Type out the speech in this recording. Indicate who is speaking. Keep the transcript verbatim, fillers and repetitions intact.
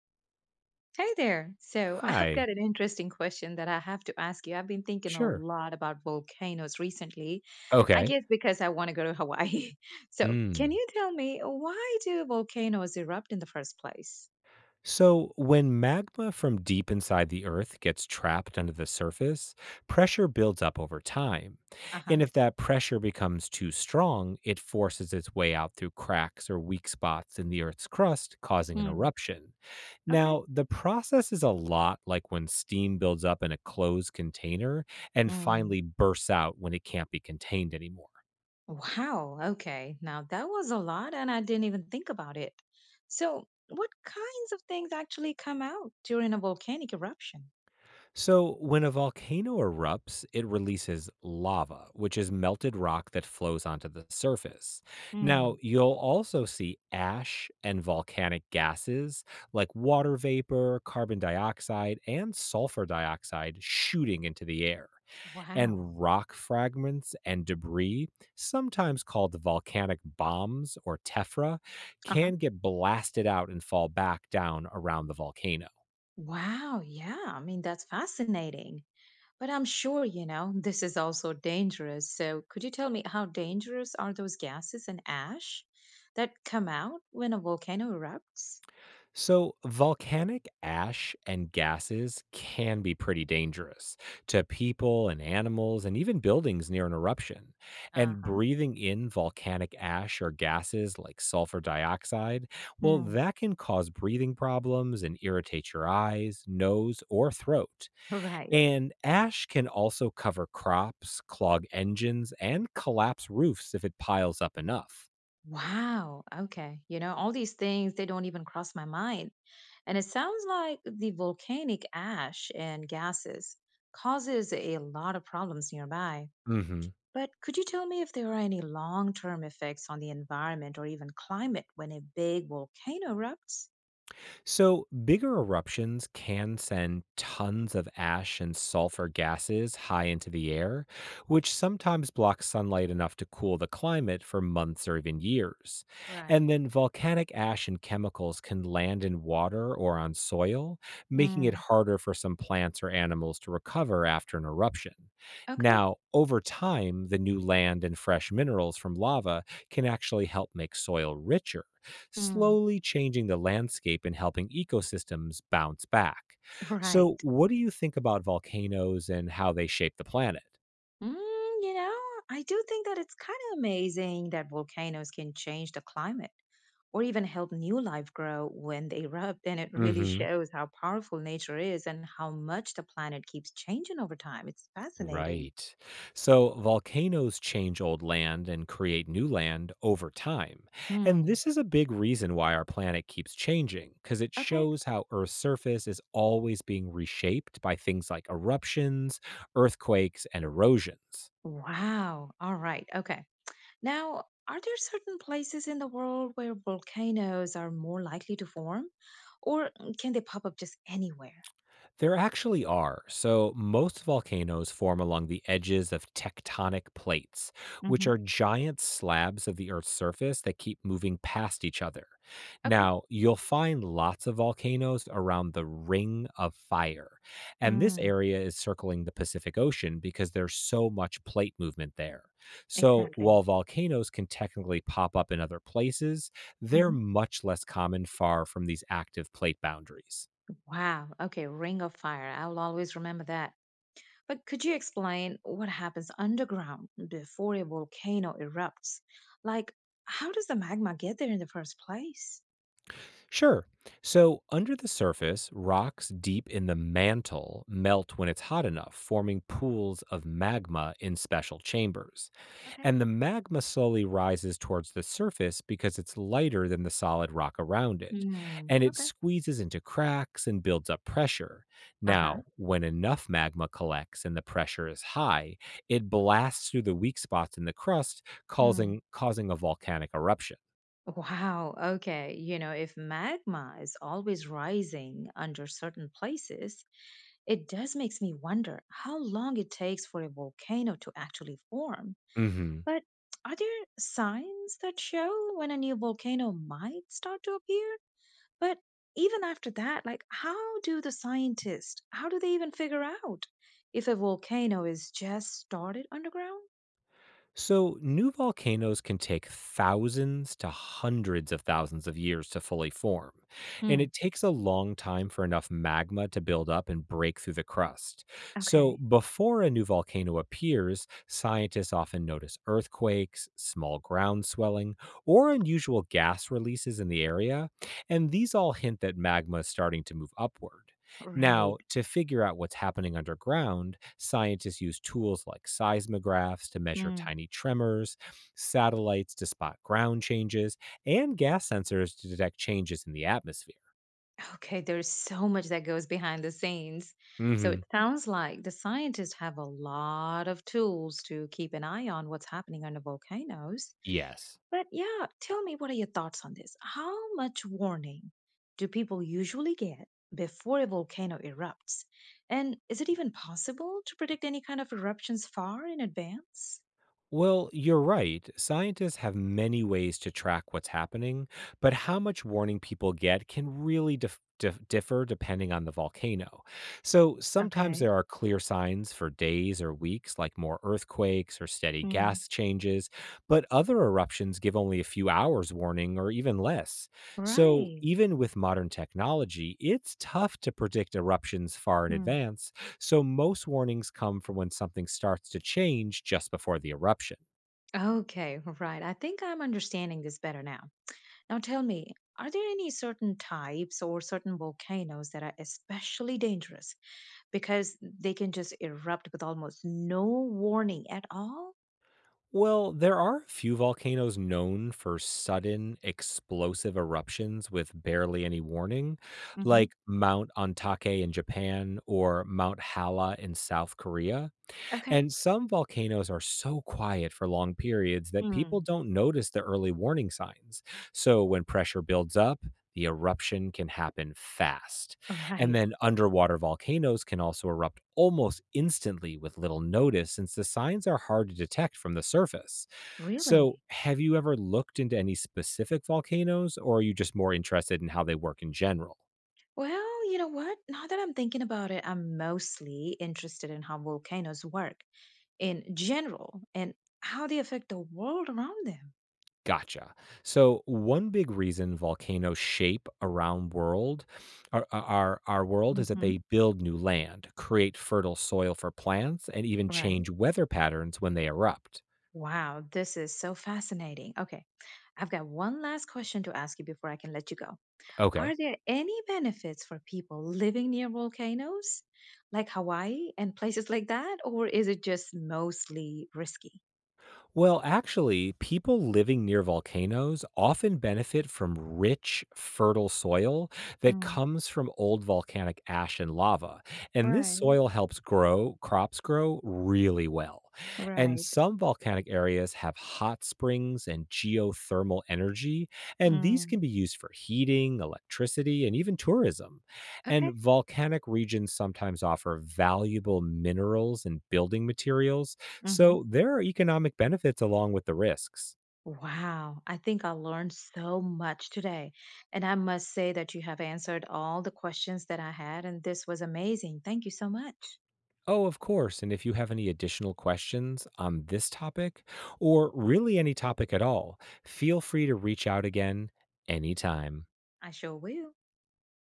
Speaker 1: Hey there. So, I've
Speaker 2: Hi.
Speaker 1: got an interesting question that I have to ask you. I've been thinking a
Speaker 2: Sure.
Speaker 1: lot about volcanoes recently, I
Speaker 2: Okay.
Speaker 1: guess because I want to go to Hawaii. So, can
Speaker 2: Mm.
Speaker 1: you tell me, why do volcanoes erupt in the first place?
Speaker 2: So, when magma from deep inside the earth gets trapped under the surface, pressure builds up over time.
Speaker 1: Uh-huh.
Speaker 2: And if that pressure becomes too strong, it forces its way out through cracks or weak spots in the earth's crust, causing an
Speaker 1: Hmm.
Speaker 2: eruption.
Speaker 1: Okay.
Speaker 2: Now, the process is a lot like when steam builds up in a closed container and
Speaker 1: Mm.
Speaker 2: finally bursts out when it can't be contained anymore.
Speaker 1: Wow. Okay. Now, that was a lot, and I didn't even think about it. So, what kinds of things actually come out during a volcanic eruption?
Speaker 2: So, when a volcano erupts, it releases lava, which is melted rock that flows onto the surface.
Speaker 1: Hmm.
Speaker 2: Now, you'll also see ash and volcanic gases like water vapor, carbon dioxide, and sulfur dioxide shooting into the air.
Speaker 1: Wow.
Speaker 2: And rock fragments and debris, sometimes called volcanic bombs or tephra,
Speaker 1: Uh-huh.
Speaker 2: can get blasted out and fall back down around the volcano.
Speaker 1: Wow. Yeah. I mean, that's fascinating. But I'm sure, you know, this is also dangerous. So, could you tell me, how dangerous are those gases and ash that come out when a volcano erupts?
Speaker 2: So, volcanic ash and gases can be pretty dangerous to people and animals and even buildings near an eruption.
Speaker 1: Uh
Speaker 2: And
Speaker 1: huh.
Speaker 2: breathing in volcanic ash or gases like sulfur dioxide, well,
Speaker 1: Hmm.
Speaker 2: that can cause breathing problems and irritate your eyes, nose, or throat.
Speaker 1: Right.
Speaker 2: And ash can also cover crops, clog engines, and collapse roofs if it piles up enough.
Speaker 1: Wow. Okay. You know, all these things, they don't even cross my mind. And it sounds like the volcanic ash and gases causes a lot of problems nearby.
Speaker 2: Mhm.
Speaker 1: But could you tell me if there are any long-term effects on the environment or even climate when a big volcano erupts?
Speaker 2: So, bigger eruptions can send tons of ash and sulfur gases high into the air, which sometimes blocks sunlight enough to cool the climate for months or even years. And
Speaker 1: Right.
Speaker 2: then volcanic ash and chemicals can land in water or on soil, making it
Speaker 1: Mm.
Speaker 2: harder for some plants or animals to recover after an eruption.
Speaker 1: Okay.
Speaker 2: Now, over time, the new land and fresh minerals from lava can actually help make soil richer,
Speaker 1: Mm,
Speaker 2: slowly changing the landscape and helping ecosystems bounce back. So,
Speaker 1: right.
Speaker 2: what do you think about volcanoes and how they shape the planet?
Speaker 1: Mm, you know, I do think that it's kind of amazing that volcanoes can change the climate or even help new life grow when they erupt. And it really
Speaker 2: Hmm.
Speaker 1: shows how powerful nature is and how much the planet keeps changing over time. It's fascinating.
Speaker 2: Right. So, volcanoes change old land and create new land over time. And
Speaker 1: Hmm.
Speaker 2: this is a big reason why our planet keeps changing, because it
Speaker 1: Okay.
Speaker 2: shows how Earth's surface is always being reshaped by things like eruptions, earthquakes, and erosions.
Speaker 1: Wow. All right. Okay. Now, are there certain places in the world where volcanoes are more likely to form, or mm, can they pop up just anywhere?
Speaker 2: There actually are. So, most volcanoes form along the edges of tectonic plates, which
Speaker 1: Hmm.
Speaker 2: are giant slabs of the Earth's surface that keep moving past each other.
Speaker 1: Okay.
Speaker 2: Now, you'll find lots of volcanoes around the Ring of Fire. And this
Speaker 1: Mm,
Speaker 2: area is circling the Pacific Ocean because there's so much plate movement there. So,
Speaker 1: exactly.
Speaker 2: while volcanoes can technically pop up in other places, they're
Speaker 1: Hmm.
Speaker 2: much less common far from these active plate boundaries.
Speaker 1: Wow. Okay. Ring of Fire. I'll always remember that. But could you explain what happens underground before a volcano erupts? Like, how does the magma get there in the first place?
Speaker 2: Sure. So, under the surface, rocks deep in the mantle melt when it's hot enough, forming pools of magma in special chambers.
Speaker 1: Okay.
Speaker 2: And the magma slowly rises towards the surface because it's lighter than the solid rock around it.
Speaker 1: Hmm.
Speaker 2: And it
Speaker 1: Okay.
Speaker 2: squeezes into cracks and builds up pressure.
Speaker 1: Uh huh.
Speaker 2: Now, when enough magma collects and the pressure is high, it blasts through the weak spots in the crust, causing,
Speaker 1: Hmm.
Speaker 2: causing a volcanic eruption.
Speaker 1: Wow. Okay. You know, if magma is always rising under certain places, it does makes me wonder how long it takes for a volcano to actually form.
Speaker 2: Hmm.
Speaker 1: But are there signs that show when a new volcano might start to appear? But even after that, like how do the scientists, how do they even figure out if a volcano is just started underground?
Speaker 2: So, new volcanoes can take thousands to hundreds of thousands of years to fully form, and
Speaker 1: Hmm.
Speaker 2: it takes a long time for enough magma to build up and break through the crust. So,
Speaker 1: Okay.
Speaker 2: before a new volcano appears, scientists often notice earthquakes, small ground swelling, or unusual gas releases in the area, and these all hint that magma is starting to move upward. Now,
Speaker 1: Right.
Speaker 2: to figure out what's happening underground, scientists use tools like seismographs to measure
Speaker 1: Hmm.
Speaker 2: tiny tremors, satellites to spot ground changes, and gas sensors to detect changes in the atmosphere.
Speaker 1: Okay, there's so much that goes behind the scenes. So it
Speaker 2: Hmm.
Speaker 1: sounds like the scientists have a lot of tools to keep an eye on what's happening under volcanoes.
Speaker 2: Yes.
Speaker 1: But yeah, tell me, what are your thoughts on this? How much warning do people usually get before a volcano erupts? And is it even possible to predict any kind of eruptions far in advance?
Speaker 2: Well, you're right. Scientists have many ways to track what's happening, but how much warning people get can really dif- dif- differ depending on the volcano. So, sometimes there
Speaker 1: Okay.
Speaker 2: are clear signs for days or weeks, like more earthquakes or steady
Speaker 1: Mm.
Speaker 2: gas changes, but other eruptions give only a few hours warning or even less. So,
Speaker 1: Right.
Speaker 2: even with modern technology, it's tough to predict eruptions far in
Speaker 1: Mm.
Speaker 2: advance. So, most warnings come from when something starts to change just before the eruption.
Speaker 1: Okay, right. I think I'm understanding this better now. Now tell me, are there any certain types or certain volcanoes that are especially dangerous because they can just erupt with almost no warning at all?
Speaker 2: Well, there are a few volcanoes known for sudden explosive eruptions with barely any warning,
Speaker 1: Hmm.
Speaker 2: like Mount Ontake in Japan or Mount Hala in South Korea.
Speaker 1: Okay.
Speaker 2: And some volcanoes are so quiet for long periods that people
Speaker 1: Hmm.
Speaker 2: don't notice the early warning signs. So, when pressure builds up, the eruption can happen fast.
Speaker 1: All
Speaker 2: And
Speaker 1: right.
Speaker 2: then underwater volcanoes can also erupt almost instantly with little notice since the signs are hard to detect from the surface. So,
Speaker 1: Really?
Speaker 2: have you ever looked into any specific volcanoes, or are you just more interested in how they work in general?
Speaker 1: Well, you know what? Now that I'm thinking about it, I'm mostly interested in how volcanoes work in general and how they affect the world around them.
Speaker 2: Gotcha. So, one big reason volcanoes shape around world our our our world is that
Speaker 1: Hmm.
Speaker 2: they build new land, create fertile soil for plants, and even
Speaker 1: Right.
Speaker 2: change weather patterns when they erupt.
Speaker 1: Wow, this is so fascinating. Okay. I've got one last question to ask you before I can let you go.
Speaker 2: Okay.
Speaker 1: Are there any benefits for people living near volcanoes, like Hawaii and places like that, or is it just mostly risky?
Speaker 2: Well, actually, people living near volcanoes often benefit from rich, fertile soil that
Speaker 1: Mm.
Speaker 2: comes from old volcanic ash and lava. And this
Speaker 1: Right,
Speaker 2: soil helps grow crops grow really well. And
Speaker 1: right.
Speaker 2: some volcanic areas have hot springs and geothermal energy, and these can
Speaker 1: Mm.
Speaker 2: be used for heating, electricity, and even tourism. And
Speaker 1: Okay.
Speaker 2: volcanic regions sometimes offer valuable minerals and building materials,
Speaker 1: Mm-hmm.
Speaker 2: so there are economic benefits along with the risks.
Speaker 1: Wow, I think I learned so much today. And I must say that you have answered all the questions that I had, and this was amazing. Thank you so much.
Speaker 2: Oh, of course. And if you have any additional questions on this topic or really any topic at all, feel free to reach out again anytime.
Speaker 1: I sure will.